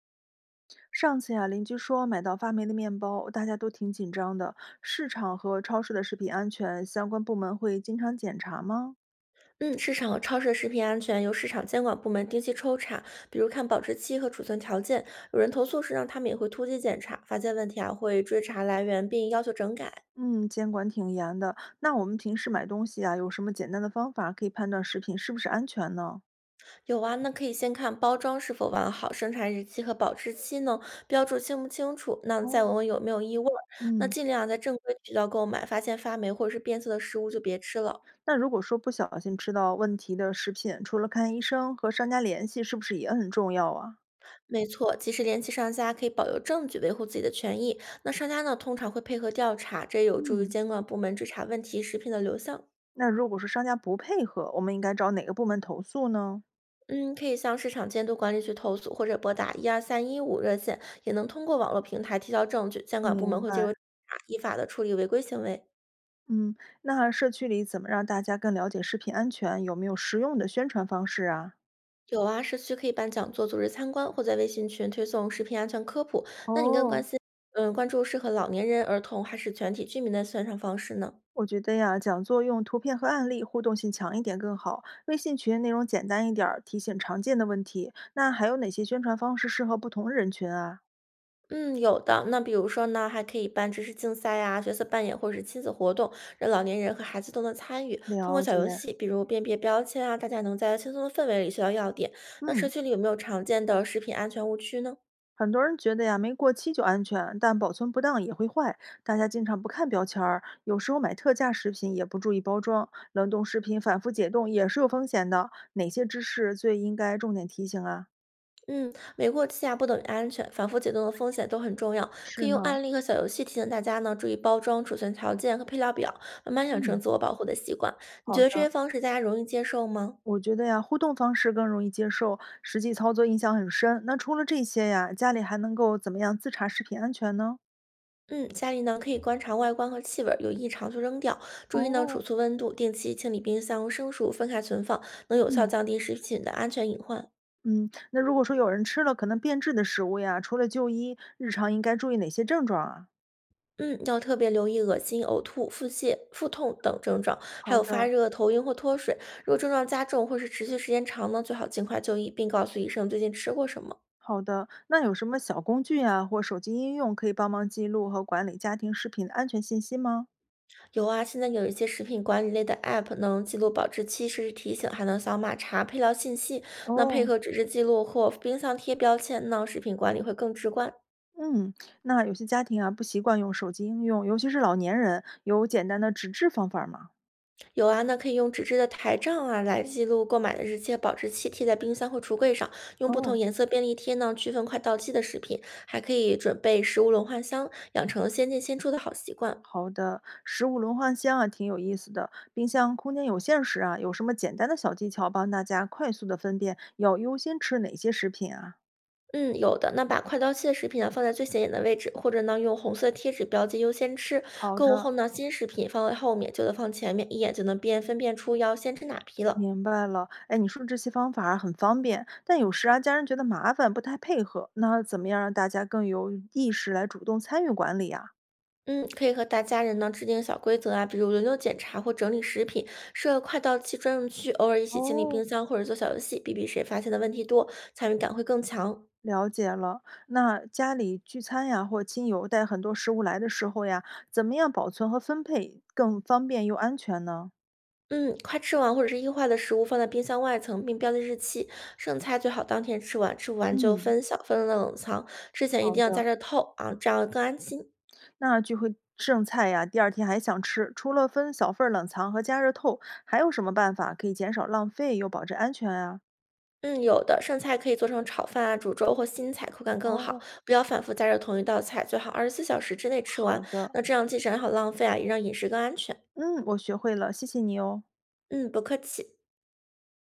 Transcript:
上次呀，邻居说买到发霉的面包，大家都挺紧张的。市场和超市的食品安全相关部门会经常检查吗？嗯，市场和超市的食品安全由市场监管部门定期抽查，比如看保质期和储存条件。有人投诉时，让他们也会突击检查，发现问题啊会追查来源并要求整改。嗯，监管挺严的。那我们平时买东西啊，有什么简单的方法可以判断食品是不是安全呢？有啊，那可以先看包装是否完好，生产日期和保质期呢标注清不清楚，那哦，再闻闻有没有异味儿。那嗯，尽量在正规渠道购买，发现发霉或者是变色的食物就别吃了。那如果说不小心吃到问题的食品，除了看医生和商家联系，是不是也很重要啊？没错，及时联系商家可以保留证据，维护自己的权益。那商家呢，通常会配合调查，这有助于嗯，监管部门追查问题食品的流向。那如果说商家不配合，我们应该找哪个部门投诉呢？嗯，可以向市场监督管理局投诉，或者拨打12315热线，也能通过网络平台提交证据，监管部门明会介入调白。查依法的处理违规行为。嗯，那社区里怎么让大家更了解食品安全？有没有实用的宣传方式啊？有啊，社区可以办讲座、组织参观，或在微信群推送食品安全科普。那你更关哦，心，关注适合老年人、儿童还是全体居民的宣传方式呢？我觉得呀，讲座用图片和案例，互动性强一点更好。微信群内容简单一点儿，提醒常见的问题。那还有哪些宣传方式适合不同人群啊？嗯，有的。那比如说呢，还可以办知识竞赛呀、角色扮演或者是亲子活动，让老年人和孩子都能参与。通过了小解，游戏，比如辨别标签啊，大家能在轻松的氛围里学到要点。那社嗯。区里有没有常见的食品安全误区呢？很多人觉得呀，没过期就安全，但保存不当也会坏。大家经常不看标签儿，有时候买特价食品也不注意包装，冷冻食品反复解冻也是有风险的。哪些知识最应该重点提醒啊？嗯，没过期啊不等于安全，反复解冻的风险都很重要。可是以用呢，案例和小游戏提醒大家呢，注意包装、储存条件和配料表，慢慢养成嗯，自我保护的习惯。你好觉得这些的。方式大家容易接受吗？我觉得呀，互动方式更容易接受，实际操作印象很深。那除了这些呀，家里还能够怎么样自查食品安全呢？嗯，家里呢可以观察外观和气味儿，有异常就扔掉。注意呢储哦，存温度，定期清理冰箱、生熟，分开存放，能有效嗯降低食品的安全隐患。嗯，那如果说有人吃了可能变质的食物呀，除了就医，日常应该注意哪些症状啊？嗯，要特别留意恶心、呕吐、腹泻、腹痛等症状，还好有发的，热、头晕或脱水。如果症状加重或是持续时间长呢，最好尽快就医，并告诉医生最近吃过什么。好的。那有什么小工具啊，或手机应用可以帮忙记录和管理家庭食品的安全信息吗？有啊，现在有一些食品管理类的 App 能记录保质期、实时提醒，还能扫码查配料信息。那配哦，合纸质记录或冰箱贴标签呢，食品管理会更直观。嗯，那有些家庭啊不习惯用手机应用，尤其是老年人，有简单的纸质方法吗？有啊，那可以用纸质的台账啊来记录购买的日期，保质期贴在冰箱或橱柜上。用不哦，同颜色便利贴呢区分快到期的食品，还可以准备食物轮换箱，养成先进先出的好习惯。好的。食物轮换箱啊挺有意思的，冰箱空间有限时啊，有什么简单的小技巧帮大家快速的分辨要优先吃哪些食品啊？嗯，有的。那把快到期的食品啊放在最显眼的位置，或者呢用红色贴纸标记优先吃。好购物的，后呢，新食品放在后面，旧的放前面，一眼就能辨分辨出要先吃哪批了。明白了，哎，你说这些方法儿很方便，但有时啊，家人觉得麻烦，不太配合。那怎么样让大家更有意识来主动参与管理呀？嗯，可以和大家人呢制定小规则啊，比如轮流检查或整理食品，设快到期专用区，偶尔一起清理哦，冰箱或者做小游戏，比比谁发现的问题多，参与感会更强。了解了，那家里聚餐呀，或亲友带很多食物来的时候呀，怎么样保存和分配更方便又安全呢？嗯，快吃完或者是易坏的食物放在冰箱外层，并标记日期，剩菜最好当天吃完，吃不完就嗯，分小份的冷藏，之前一好定要加的，热透啊，这样更安心。那聚会剩菜呀，第二天还想吃，除了分小份儿冷藏和加热透，还有什么办法可以减少浪费又保证安全啊？嗯，有的剩菜可以做成炒饭啊、煮粥或新菜，口感更好。哦。不要反复加热同一道菜，最好24小时之内吃好完。的，那这样既省好浪费啊，也让饮食更安全。嗯，我学会了，谢谢你哦。嗯，不客气。